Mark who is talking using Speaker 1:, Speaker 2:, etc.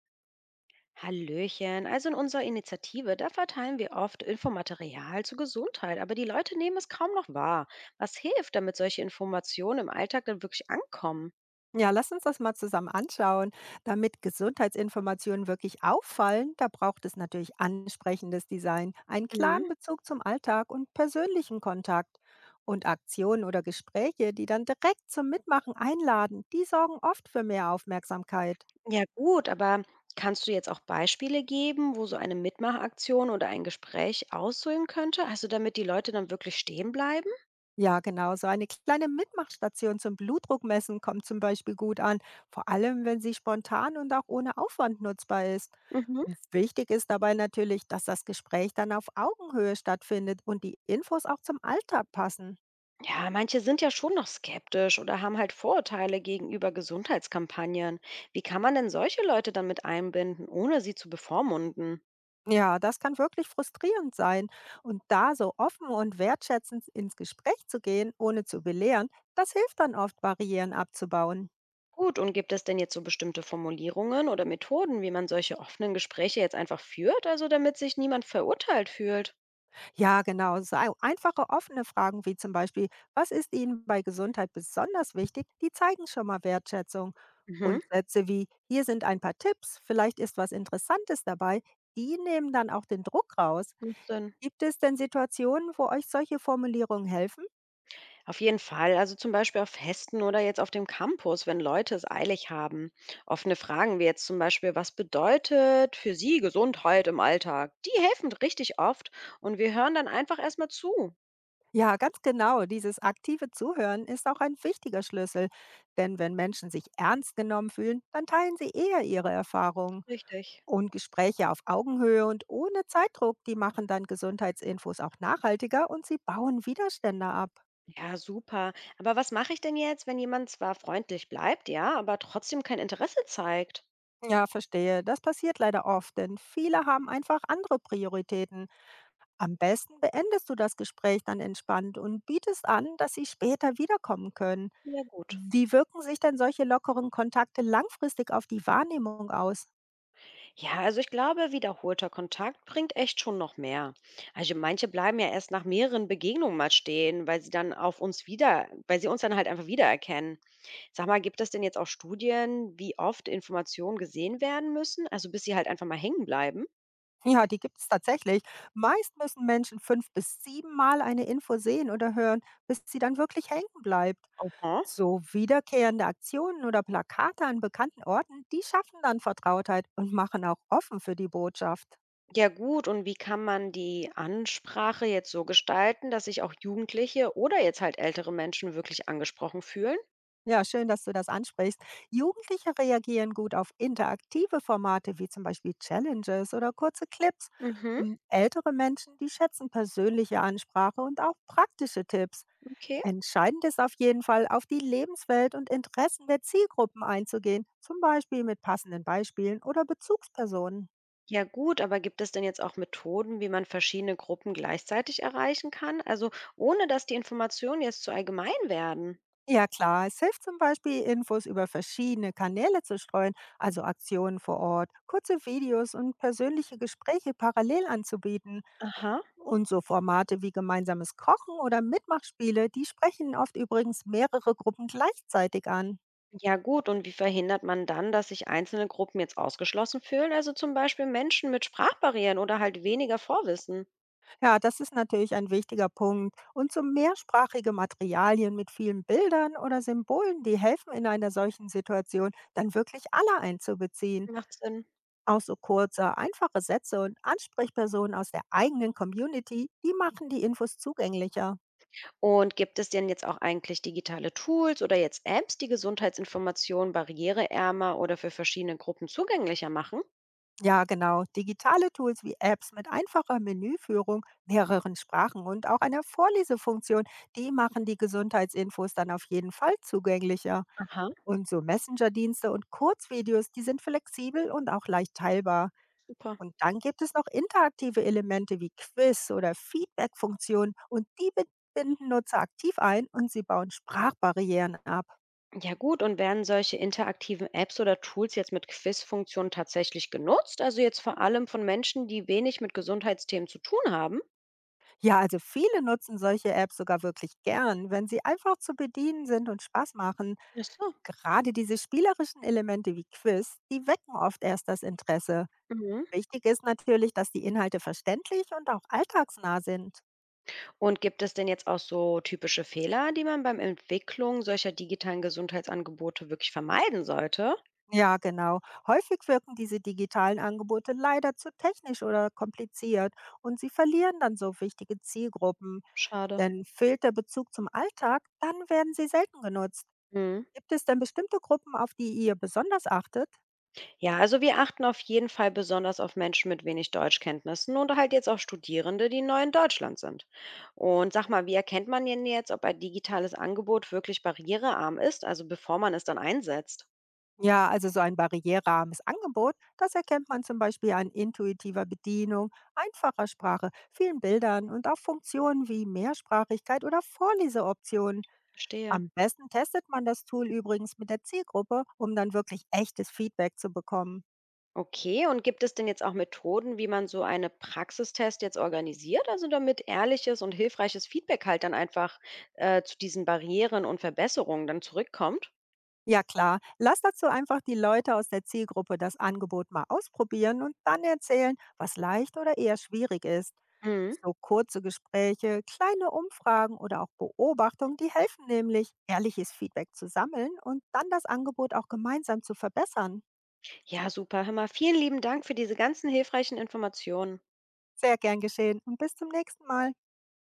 Speaker 1: Hallöchen. Also in unserer Initiative, da verteilen wir oft Infomaterial zur Gesundheit, aber die Leute nehmen es kaum noch wahr. Was hilft, damit solche Informationen im Alltag dann wirklich ankommen?
Speaker 2: Ja, lass uns das mal zusammen anschauen. Damit Gesundheitsinformationen wirklich auffallen, da braucht es natürlich ansprechendes Design, einen
Speaker 1: Mhm.
Speaker 2: klaren Bezug zum Alltag und persönlichen Kontakt. Und Aktionen oder Gespräche, die dann direkt zum Mitmachen einladen, die sorgen oft für mehr Aufmerksamkeit.
Speaker 1: Ja gut, aber kannst du jetzt auch Beispiele geben, wo so eine Mitmachaktion oder ein Gespräch aussehen könnte, also damit die Leute dann wirklich stehen bleiben?
Speaker 2: Ja, genau. So eine kleine Mitmachstation zum Blutdruckmessen kommt zum Beispiel gut an, vor allem wenn sie spontan und auch ohne Aufwand nutzbar ist.
Speaker 1: Mhm.
Speaker 2: Und wichtig ist dabei natürlich, dass das Gespräch dann auf Augenhöhe stattfindet und die Infos auch zum Alltag passen.
Speaker 1: Ja, manche sind ja schon noch skeptisch oder haben halt Vorurteile gegenüber Gesundheitskampagnen. Wie kann man denn solche Leute dann mit einbinden, ohne sie zu bevormunden?
Speaker 2: Ja, das kann wirklich frustrierend sein. Und da so offen und wertschätzend ins Gespräch zu gehen, ohne zu belehren, das hilft dann oft, Barrieren abzubauen.
Speaker 1: Gut, und gibt es denn jetzt so bestimmte Formulierungen oder Methoden, wie man solche offenen Gespräche jetzt einfach führt, also damit sich niemand verurteilt fühlt?
Speaker 2: Ja, genau. So ei- einfache offene Fragen wie zum Beispiel, was ist Ihnen bei Gesundheit besonders wichtig, die zeigen schon mal Wertschätzung.
Speaker 1: Mhm,
Speaker 2: Und Sätze wie, hier sind ein paar Tipps, vielleicht ist was Interessantes dabei, die nehmen dann auch den Druck raus.
Speaker 1: macht Sinn.
Speaker 2: Gibt es denn Situationen, wo euch solche Formulierungen helfen?
Speaker 1: Auf jeden Fall, also zum Beispiel auf Festen oder jetzt auf dem Campus, wenn Leute es eilig haben. Offene Fragen wie jetzt zum Beispiel, was bedeutet für Sie Gesundheit im Alltag? Die helfen richtig oft und wir hören dann einfach erstmal zu.
Speaker 2: Ja, ganz genau. Dieses aktive Zuhören ist auch ein wichtiger Schlüssel. Denn wenn Menschen sich ernst genommen fühlen, dann teilen sie eher ihre Erfahrungen.
Speaker 1: Richtig.
Speaker 2: Und Gespräche auf Augenhöhe und ohne Zeitdruck, die machen dann Gesundheitsinfos auch nachhaltiger und sie bauen Widerstände ab.
Speaker 1: Ja, super. Aber was mache ich denn jetzt, wenn jemand zwar freundlich bleibt, ja, aber trotzdem kein Interesse zeigt?
Speaker 2: Ja, verstehe. Das passiert leider oft, denn viele haben einfach andere Prioritäten. Am besten beendest du das Gespräch dann entspannt und bietest an, dass sie später wiederkommen können.
Speaker 1: Ja gut.
Speaker 2: Wie wirken sich denn solche lockeren Kontakte langfristig auf die Wahrnehmung aus?
Speaker 1: Ja, also ich glaube, wiederholter Kontakt bringt echt schon noch mehr. Also manche bleiben ja erst nach mehreren Begegnungen mal stehen, weil sie dann auf uns wieder, weil sie uns dann halt einfach wiedererkennen. Sag mal, gibt es denn jetzt auch Studien, wie oft Informationen gesehen werden müssen? Also bis sie halt einfach mal hängen bleiben?
Speaker 2: Ja, die gibt es tatsächlich. Meist müssen Menschen 5 bis 7 Mal eine Info sehen oder hören, bis sie dann wirklich hängen bleibt.
Speaker 1: Aha.
Speaker 2: So wiederkehrende Aktionen oder Plakate an bekannten Orten, die schaffen dann Vertrautheit und machen auch offen für die Botschaft.
Speaker 1: Ja gut, und wie kann man die Ansprache jetzt so gestalten, dass sich auch Jugendliche oder jetzt halt ältere Menschen wirklich angesprochen fühlen?
Speaker 2: Ja, schön, dass du das ansprichst. Jugendliche reagieren gut auf interaktive Formate wie zum Beispiel Challenges oder kurze Clips.
Speaker 1: Mhm,
Speaker 2: Und ältere Menschen, die schätzen persönliche Ansprache und auch praktische Tipps.
Speaker 1: okay.
Speaker 2: Entscheidend ist auf jeden Fall, auf die Lebenswelt und Interessen der Zielgruppen einzugehen, zum Beispiel mit passenden Beispielen oder Bezugspersonen.
Speaker 1: Ja gut, aber gibt es denn jetzt auch Methoden, wie man verschiedene Gruppen gleichzeitig erreichen kann? Also ohne dass die Informationen jetzt zu allgemein werden.
Speaker 2: Ja klar, es hilft zum Beispiel, Infos über verschiedene Kanäle zu streuen, also Aktionen vor Ort, kurze Videos und persönliche Gespräche parallel anzubieten.
Speaker 1: Aha.
Speaker 2: Und so Formate wie gemeinsames Kochen oder Mitmachspiele, die sprechen oft übrigens mehrere Gruppen gleichzeitig an.
Speaker 1: Ja gut, und wie verhindert man dann, dass sich einzelne Gruppen jetzt ausgeschlossen fühlen? Also zum Beispiel Menschen mit Sprachbarrieren oder halt weniger Vorwissen.
Speaker 2: Ja, das ist natürlich ein wichtiger Punkt. Und so mehrsprachige Materialien mit vielen Bildern oder Symbolen, die helfen in einer solchen Situation, dann wirklich alle einzubeziehen.
Speaker 1: Macht Sinn.
Speaker 2: Auch so kurze, einfache Sätze und Ansprechpersonen aus der eigenen Community, die machen die Infos zugänglicher.
Speaker 1: Und gibt es denn jetzt auch eigentlich digitale Tools oder jetzt Apps, die Gesundheitsinformationen barriereärmer oder für verschiedene Gruppen zugänglicher machen?
Speaker 2: Ja, genau. Digitale Tools wie Apps mit einfacher Menüführung, mehreren Sprachen und auch einer Vorlesefunktion, die machen die Gesundheitsinfos dann auf jeden Fall zugänglicher.
Speaker 1: Aha.
Speaker 2: Und so Messenger-Dienste und Kurzvideos, die sind flexibel und auch leicht teilbar.
Speaker 1: Super.
Speaker 2: Und dann gibt es noch interaktive Elemente wie Quiz oder Feedback-Funktionen und die binden Nutzer aktiv ein und sie bauen Sprachbarrieren ab.
Speaker 1: Ja gut, und werden solche interaktiven Apps oder Tools jetzt mit Quiz-Funktionen tatsächlich genutzt? Also jetzt vor allem von Menschen, die wenig mit Gesundheitsthemen zu tun haben?
Speaker 2: Ja, also viele nutzen solche Apps sogar wirklich gern, wenn sie einfach zu bedienen sind und Spaß machen.
Speaker 1: Ach so.
Speaker 2: Gerade diese spielerischen Elemente wie Quiz, die wecken oft erst das Interesse.
Speaker 1: Mhm.
Speaker 2: Wichtig ist natürlich, dass die Inhalte verständlich und auch alltagsnah sind.
Speaker 1: Und gibt es denn jetzt auch so typische Fehler, die man beim Entwicklung solcher digitalen Gesundheitsangebote wirklich vermeiden sollte?
Speaker 2: Ja, genau. Häufig wirken diese digitalen Angebote leider zu technisch oder kompliziert und sie verlieren dann so wichtige Zielgruppen.
Speaker 1: Schade.
Speaker 2: Denn fehlt der Bezug zum Alltag, dann werden sie selten genutzt.
Speaker 1: Mhm.
Speaker 2: Gibt es denn bestimmte Gruppen, auf die ihr besonders achtet?
Speaker 1: Ja, also wir achten auf jeden Fall besonders auf Menschen mit wenig Deutschkenntnissen und halt jetzt auch Studierende, die neu in Deutschland sind. Und sag mal, wie erkennt man denn jetzt, ob ein digitales Angebot wirklich barrierearm ist, also bevor man es dann einsetzt?
Speaker 2: Ja, also so ein barrierarmes Angebot, das erkennt man zum Beispiel an intuitiver Bedienung, einfacher Sprache, vielen Bildern und auch Funktionen wie Mehrsprachigkeit oder Vorleseoptionen.
Speaker 1: Verstehe.
Speaker 2: Am besten testet man das Tool übrigens mit der Zielgruppe, um dann wirklich echtes Feedback zu bekommen.
Speaker 1: Okay, und gibt es denn jetzt auch Methoden, wie man so eine Praxistest jetzt organisiert, also damit ehrliches und hilfreiches Feedback halt dann einfach zu diesen Barrieren und Verbesserungen dann zurückkommt?
Speaker 2: Ja klar, lass dazu einfach die Leute aus der Zielgruppe das Angebot mal ausprobieren und dann erzählen, was leicht oder eher schwierig ist.
Speaker 1: Mhm.
Speaker 2: So kurze Gespräche, kleine Umfragen oder auch Beobachtungen, die helfen nämlich, ehrliches Feedback zu sammeln und dann das Angebot auch gemeinsam zu verbessern.
Speaker 1: Ja, super, hör mal, vielen lieben Dank für diese ganzen hilfreichen Informationen.
Speaker 2: Sehr gern geschehen und bis zum nächsten Mal.